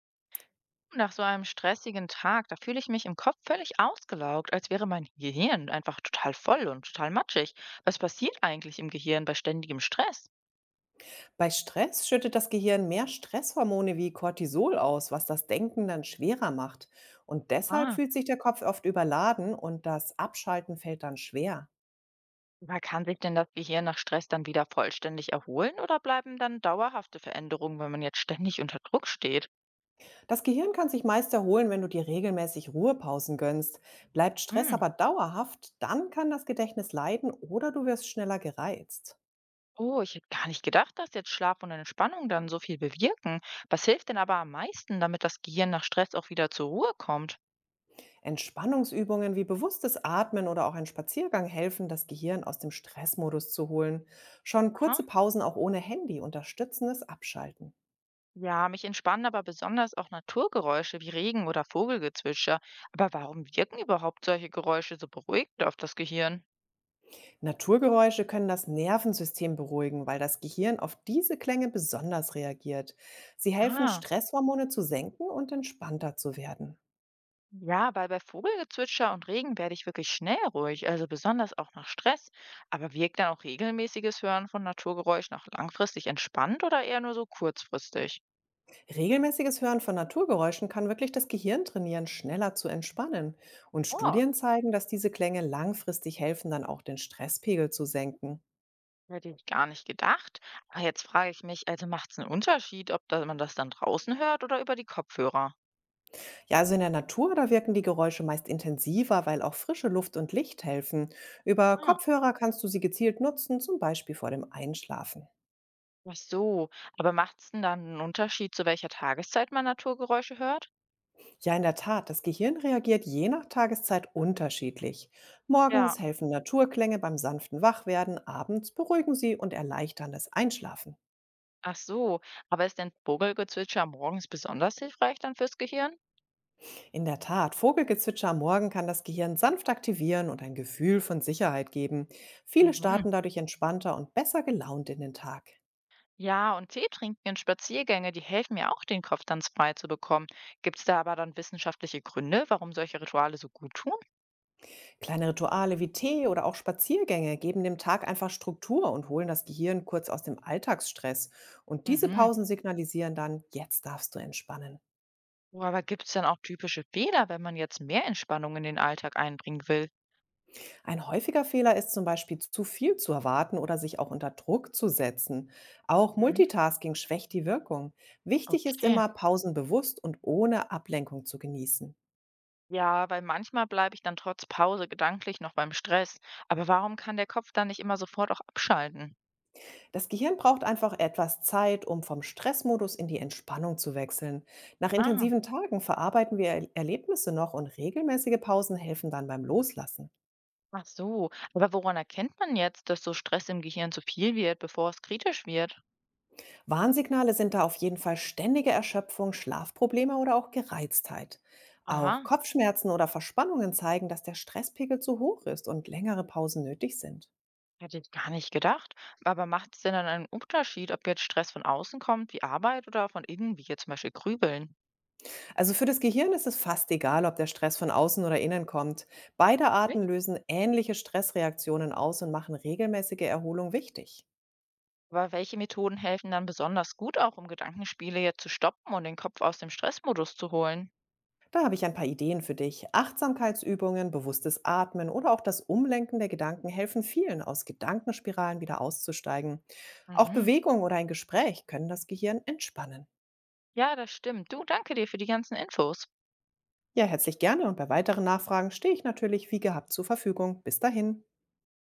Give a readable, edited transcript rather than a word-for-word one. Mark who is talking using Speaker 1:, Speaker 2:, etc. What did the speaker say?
Speaker 1: Nach so einem stressigen Tag, da fühle ich mich im Kopf völlig ausgelaugt, als wäre mein Gehirn einfach total voll und total matschig. Was passiert eigentlich im Gehirn bei ständigem Stress?
Speaker 2: Bei Stress schüttet das Gehirn mehr Stresshormone wie Cortisol aus, was das Denken dann schwerer macht. Und deshalb
Speaker 1: Ah,
Speaker 2: fühlt sich der Kopf oft überladen und das Abschalten fällt dann schwer.
Speaker 1: aber kann sich denn das Gehirn nach Stress dann wieder vollständig erholen oder bleiben dann dauerhafte Veränderungen, wenn man jetzt ständig unter Druck steht?
Speaker 2: Das Gehirn kann sich meist erholen, wenn du dir regelmäßig Ruhepausen gönnst. Bleibt Stress
Speaker 1: Hm.
Speaker 2: aber dauerhaft, dann kann das Gedächtnis leiden oder du wirst schneller gereizt.
Speaker 1: Oh, ich hätte gar nicht gedacht, dass jetzt Schlaf und Entspannung dann so viel bewirken. Was hilft denn aber am meisten, damit das Gehirn nach Stress auch wieder zur Ruhe kommt?
Speaker 2: Entspannungsübungen wie bewusstes Atmen oder auch ein Spaziergang helfen, das Gehirn aus dem Stressmodus zu holen. Schon kurze
Speaker 1: Aha.
Speaker 2: Pausen auch ohne Handy unterstützen das Abschalten.
Speaker 1: Ja, mich entspannen aber besonders auch Naturgeräusche wie Regen oder Vogelgezwitscher. Aber warum wirken überhaupt solche Geräusche so beruhigend auf das Gehirn?
Speaker 2: Naturgeräusche können das Nervensystem beruhigen, weil das Gehirn auf diese Klänge besonders reagiert. Sie helfen,
Speaker 1: Ah,
Speaker 2: Stresshormone zu senken und entspannter zu werden.
Speaker 1: ja, weil bei Vogelgezwitscher und Regen werde ich wirklich schnell ruhig, also besonders auch nach Stress. Aber wirkt dann auch regelmäßiges Hören von Naturgeräuschen auch langfristig entspannt oder eher nur so kurzfristig?
Speaker 2: Regelmäßiges Hören von Naturgeräuschen kann wirklich das Gehirn trainieren, schneller zu entspannen. Und
Speaker 1: Oh,
Speaker 2: Studien zeigen, dass diese Klänge langfristig helfen, dann auch den Stresspegel zu senken.
Speaker 1: hätte ich gar nicht gedacht. Aber jetzt frage ich mich, also macht es einen Unterschied, ob da man das dann draußen hört oder über die Kopfhörer?
Speaker 2: Ja, also in der Natur, da wirken die Geräusche meist intensiver, weil auch frische Luft und Licht helfen. Über Kopfhörer kannst du sie gezielt nutzen, zum Beispiel vor dem Einschlafen.
Speaker 1: Ach so, aber macht's denn dann einen Unterschied, zu welcher Tageszeit man Naturgeräusche hört?
Speaker 2: Ja, in der Tat, das Gehirn reagiert je nach Tageszeit unterschiedlich.
Speaker 1: Ja,
Speaker 2: Morgens helfen Naturklänge beim sanften Wachwerden, abends beruhigen sie und erleichtern das Einschlafen.
Speaker 1: ach so. Aber ist denn Vogelgezwitscher morgens besonders hilfreich dann fürs Gehirn?
Speaker 2: In der Tat, Vogelgezwitscher am Morgen kann das Gehirn sanft aktivieren und ein Gefühl von Sicherheit geben. Viele
Speaker 1: Mhm.
Speaker 2: starten dadurch entspannter und besser gelaunt in den Tag.
Speaker 1: Ja, und Tee trinken und Spaziergänge, die helfen mir auch, den Kopf dann frei zu bekommen. Gibt's da aber dann wissenschaftliche Gründe, warum solche Rituale so gut tun?
Speaker 2: Kleine Rituale wie Tee oder auch Spaziergänge geben dem Tag einfach Struktur und holen das Gehirn kurz aus dem Alltagsstress. Und diese
Speaker 1: Mhm.
Speaker 2: Pausen signalisieren dann: Jetzt darfst du entspannen.
Speaker 1: Oh, aber gibt's dann auch typische Fehler, wenn man jetzt mehr Entspannung in den Alltag einbringen will?
Speaker 2: Ein häufiger Fehler ist zum Beispiel zu viel zu erwarten oder sich auch unter Druck zu setzen. Auch
Speaker 1: Mhm.
Speaker 2: Multitasking schwächt die Wirkung. Wichtig ist
Speaker 1: Okay.
Speaker 2: immer, Pausen bewusst und ohne Ablenkung zu genießen.
Speaker 1: Ja, weil manchmal bleibe ich dann trotz Pause gedanklich noch beim Stress. Aber warum kann der Kopf dann nicht immer sofort auch abschalten?
Speaker 2: Das Gehirn braucht einfach etwas Zeit, um vom Stressmodus in die Entspannung zu wechseln. Nach
Speaker 1: Ah,
Speaker 2: intensiven Tagen verarbeiten wir Erlebnisse noch und regelmäßige Pausen helfen dann beim Loslassen.
Speaker 1: ach so. Aber woran erkennt man jetzt, dass so Stress im Gehirn zu viel wird, bevor es kritisch wird?
Speaker 2: Warnsignale sind da auf jeden Fall ständige Erschöpfung, Schlafprobleme oder auch Gereiztheit. Auch
Speaker 1: Aha,
Speaker 2: Kopfschmerzen oder Verspannungen zeigen, dass der Stresspegel zu hoch ist und längere Pausen nötig sind.
Speaker 1: hätte ich gar nicht gedacht. Aber macht es denn dann einen Unterschied, ob jetzt Stress von außen kommt, wie Arbeit oder von innen, wie jetzt zum Beispiel Grübeln?
Speaker 2: Also für das Gehirn ist es fast egal, ob der Stress von außen oder innen kommt. Beide Arten
Speaker 1: Echt?
Speaker 2: lösen ähnliche Stressreaktionen aus und machen regelmäßige Erholung wichtig.
Speaker 1: Aber welche Methoden helfen dann besonders gut auch, um Gedankenspiele jetzt zu stoppen und den Kopf aus dem Stressmodus zu holen?
Speaker 2: Da habe ich ein paar Ideen für dich. Achtsamkeitsübungen, bewusstes Atmen oder auch das Umlenken der Gedanken helfen vielen, aus Gedankenspiralen wieder auszusteigen. Auch
Speaker 1: Mhm.
Speaker 2: Bewegung oder ein Gespräch können das Gehirn entspannen.
Speaker 1: Ja, das stimmt. Du, danke dir für die ganzen Infos.
Speaker 2: Ja, herzlich gerne, und bei weiteren Nachfragen stehe ich natürlich wie gehabt zur Verfügung. Bis dahin.